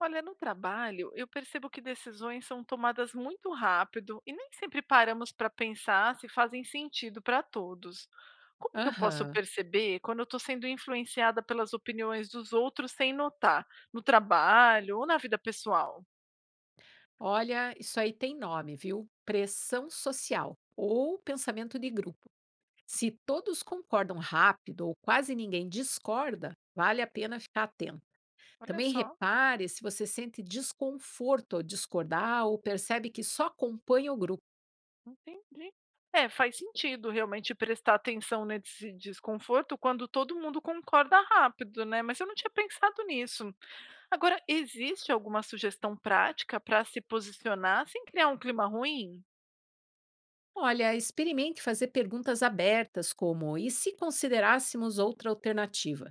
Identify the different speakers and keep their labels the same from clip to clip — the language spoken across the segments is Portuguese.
Speaker 1: Olha, no trabalho, eu percebo que decisões são tomadas muito rápido e nem sempre paramos para pensar se fazem sentido para todos. Como que eu posso
Speaker 2: Aham.
Speaker 1: perceber quando eu estou sendo influenciada pelas opiniões dos outros sem notar, no trabalho ou na vida pessoal?
Speaker 2: Olha, isso aí tem nome, viu? Pressão social ou pensamento de grupo. Se todos concordam rápido ou quase ninguém discorda, vale a pena ficar atento.
Speaker 1: Olha
Speaker 2: Também
Speaker 1: só,
Speaker 2: repare se você sente desconforto ao discordar ou percebe que só acompanha o grupo.
Speaker 1: entendi. É, faz sentido realmente prestar atenção nesse desconforto quando todo mundo concorda rápido, né? Mas eu não tinha pensado nisso. Agora, existe alguma sugestão prática para se posicionar sem criar um clima ruim?
Speaker 2: Olha, experimente fazer perguntas abertas, como e se considerássemos outra alternativa?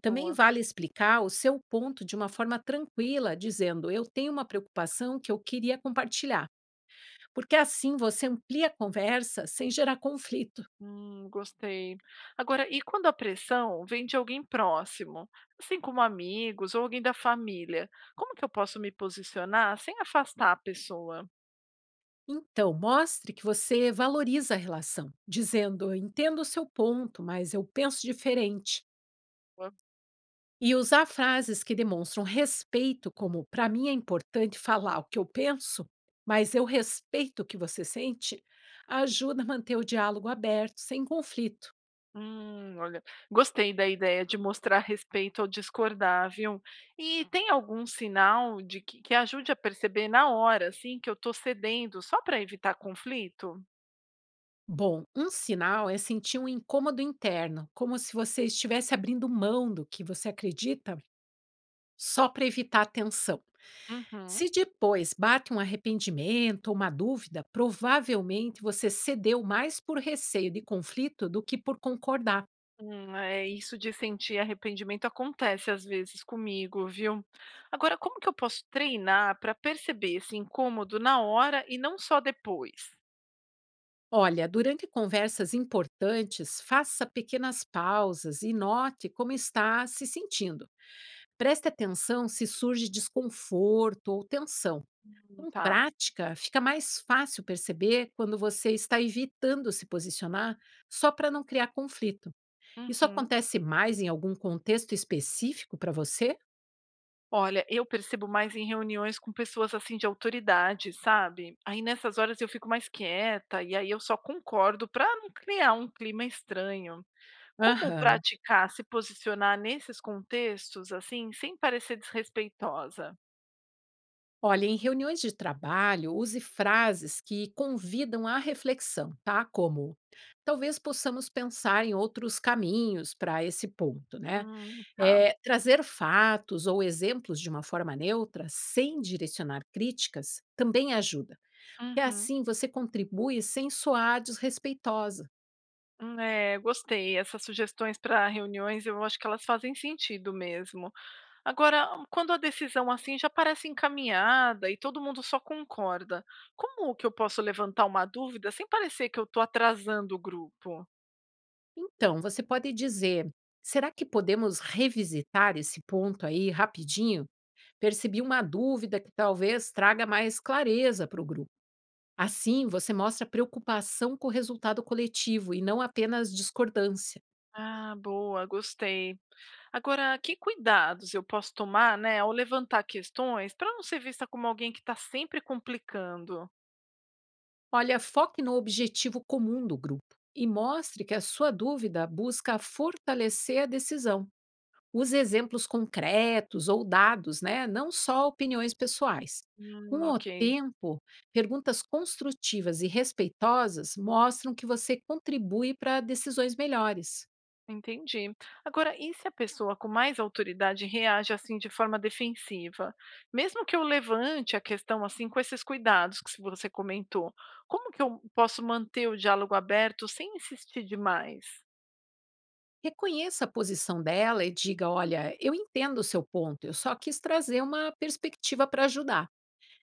Speaker 2: Também
Speaker 1: Boa.
Speaker 2: vale explicar o seu ponto de uma forma tranquila, dizendo eu tenho uma preocupação que eu queria compartilhar, porque assim você amplia a conversa sem gerar conflito.
Speaker 1: Gostei. Agora, e quando a pressão vem de alguém próximo, assim como amigos ou alguém da família, como que eu posso me posicionar sem afastar a pessoa?
Speaker 2: Então, mostre que você valoriza a relação, dizendo: entendo o seu ponto, mas eu penso diferente.
Speaker 1: Boa.
Speaker 2: E usar frases que demonstram respeito, como para mim é importante falar o que eu penso, mas eu respeito o que você sente, ajuda a manter o diálogo aberto, sem conflito.
Speaker 1: Olha, gostei da ideia de mostrar respeito ao discordar, viu? E tem algum sinal que ajude a perceber na hora, assim, que eu estou cedendo só para evitar conflito?
Speaker 2: Bom, um sinal é sentir um incômodo interno, como se você estivesse abrindo mão do que você acredita só para evitar a tensão.
Speaker 1: Uhum.
Speaker 2: Se depois bate um arrependimento ou uma dúvida, provavelmente você cedeu mais por receio de conflito do que por concordar.
Speaker 1: É, isso de sentir arrependimento acontece às vezes comigo, viu? Agora, como que eu posso treinar para perceber esse incômodo na hora e não só depois?
Speaker 2: Olha, durante conversas importantes, faça pequenas pausas e note como está se sentindo. Preste atenção se surge desconforto ou tensão. Com
Speaker 1: Tá.
Speaker 2: prática, fica mais fácil perceber quando você está evitando se posicionar só para não criar conflito. Isso
Speaker 1: Uhum.
Speaker 2: acontece mais em algum contexto específico para você?
Speaker 1: Olha, eu percebo mais em reuniões com pessoas assim de autoridade, sabe? Aí nessas horas eu fico mais quieta e aí eu só concordo para não criar um clima estranho. Como
Speaker 2: Aham.
Speaker 1: praticar se posicionar nesses contextos assim, sem parecer desrespeitosa?
Speaker 2: Olha, em reuniões de trabalho, use frases que convidam à reflexão, tá? Como talvez possamos pensar em outros caminhos para esse ponto, né?
Speaker 1: Tá.
Speaker 2: Trazer fatos ou exemplos de uma forma neutra, sem direcionar críticas, também ajuda. E
Speaker 1: Uhum.
Speaker 2: assim você contribui sem soar desrespeitosa.
Speaker 1: É, gostei. Essas sugestões para reuniões, eu acho que elas fazem sentido mesmo. Agora, quando a decisão assim já parece encaminhada e todo mundo só concorda, como que eu posso levantar uma dúvida sem parecer que eu estou atrasando o grupo?
Speaker 2: Então, você pode dizer: será que podemos revisitar esse ponto aí rapidinho? Percebi uma dúvida que talvez traga mais clareza para o grupo. Assim, você mostra preocupação com o resultado coletivo e não apenas discordância.
Speaker 1: Ah, boa, gostei. Agora, que cuidados eu posso tomar, né, ao levantar questões para não ser vista como alguém que está sempre complicando?
Speaker 2: Olha, foque no objetivo comum do grupo e mostre que a sua dúvida busca fortalecer a decisão. Use exemplos concretos ou dados, né? Não só opiniões pessoais. Com o
Speaker 1: Ok.
Speaker 2: tempo, perguntas construtivas e respeitosas mostram que você contribui para decisões melhores.
Speaker 1: Entendi. Agora, e se a pessoa com mais autoridade reage assim de forma defensiva? Mesmo que eu levante a questão assim com esses cuidados que você comentou, como que eu posso manter o diálogo aberto sem insistir demais?
Speaker 2: Reconheça a posição dela e diga: olha, eu entendo o seu ponto, eu só quis trazer uma perspectiva para ajudar.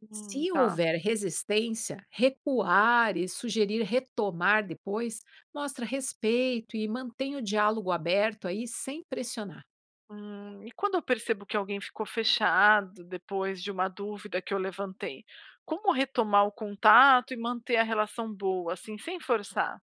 Speaker 2: Se
Speaker 1: Tá.
Speaker 2: houver resistência, recuar e sugerir retomar depois mostra respeito e mantém o diálogo aberto aí sem pressionar.
Speaker 1: E quando eu percebo que alguém ficou fechado depois de uma dúvida que eu levantei, como retomar o contato e manter a relação boa, assim, sem forçar?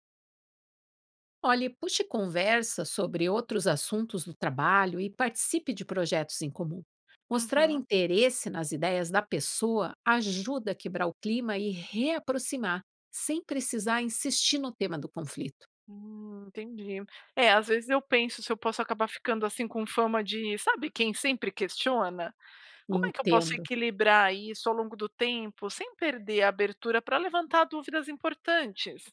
Speaker 2: Olhe, puxe conversa sobre outros assuntos do trabalho e participe de projetos em comum. Mostrar
Speaker 1: Uhum.
Speaker 2: interesse nas ideias da pessoa ajuda a quebrar o clima e reaproximar, sem precisar insistir no tema do conflito.
Speaker 1: Entendi. É, às vezes eu penso se eu posso acabar ficando, assim, com fama de sabe quem sempre questiona? Como é que eu posso
Speaker 2: Entendo.
Speaker 1: equilibrar isso ao longo do tempo, sem perder a abertura para levantar dúvidas importantes?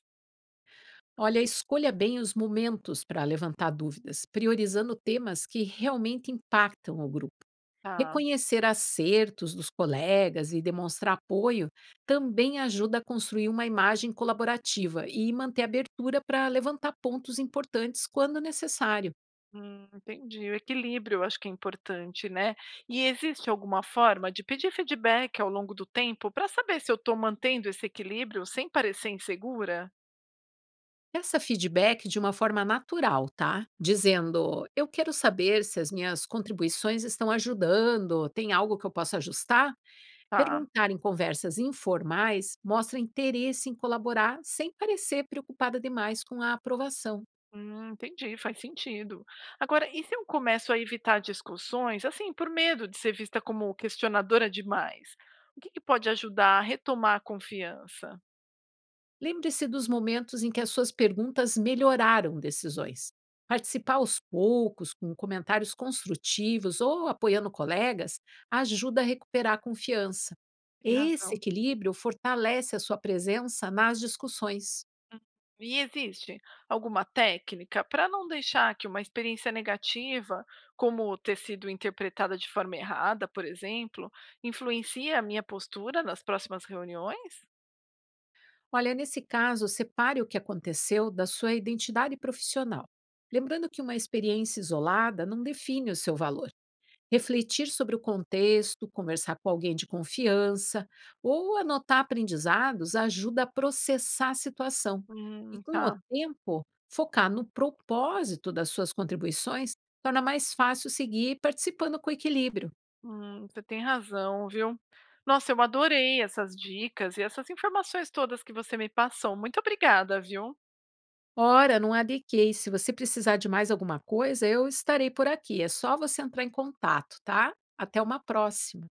Speaker 2: Olha, escolha bem os momentos para levantar dúvidas, priorizando temas que realmente impactam o grupo.
Speaker 1: Tá,
Speaker 2: Reconhecer acertos dos colegas e demonstrar apoio também ajuda a construir uma imagem colaborativa e manter abertura para levantar pontos importantes quando necessário.
Speaker 1: entendi. O equilíbrio eu acho que é importante, né. E existe alguma forma de pedir feedback ao longo do tempo para saber se eu estou mantendo esse equilíbrio sem parecer insegura?
Speaker 2: Peça feedback de uma forma natural, tá? Dizendo: eu quero saber se as minhas contribuições estão ajudando, tem algo que eu possa ajustar?
Speaker 1: Tá.
Speaker 2: Perguntar em conversas informais mostra interesse em colaborar sem parecer preocupada demais com a aprovação.
Speaker 1: Entendi, faz sentido. Agora, e se eu começo a evitar discussões, assim, por medo de ser vista como questionadora demais? O que pode ajudar a retomar a confiança?
Speaker 2: Lembre-se dos momentos em que as suas perguntas melhoraram decisões. Participar aos poucos, com comentários construtivos ou apoiando colegas, ajuda a recuperar a confiança.
Speaker 1: Tem
Speaker 2: Esse
Speaker 1: razão.
Speaker 2: equilíbrio fortalece a sua presença nas discussões.
Speaker 1: Hum. E existe alguma técnica para não deixar que uma experiência negativa, como ter sido interpretada de forma errada, por exemplo, influencie a minha postura nas próximas reuniões?
Speaker 2: Olha, nesse caso, separe o que aconteceu da sua identidade profissional, lembrando que uma experiência isolada não define o seu valor. Refletir sobre o contexto, conversar com alguém de confiança ou anotar aprendizados ajuda a processar a situação. E com o
Speaker 1: Tá.
Speaker 2: tempo, focar no propósito das suas contribuições torna mais fácil seguir participando com equilíbrio.
Speaker 1: Você tem razão, viu. Nossa, eu adorei essas dicas e essas informações todas que você me passou. Muito obrigada, viu.
Speaker 2: Ora, não há de quê. E se você precisar de mais alguma coisa, eu estarei por aqui. É só você entrar em contato, tá? Até uma próxima.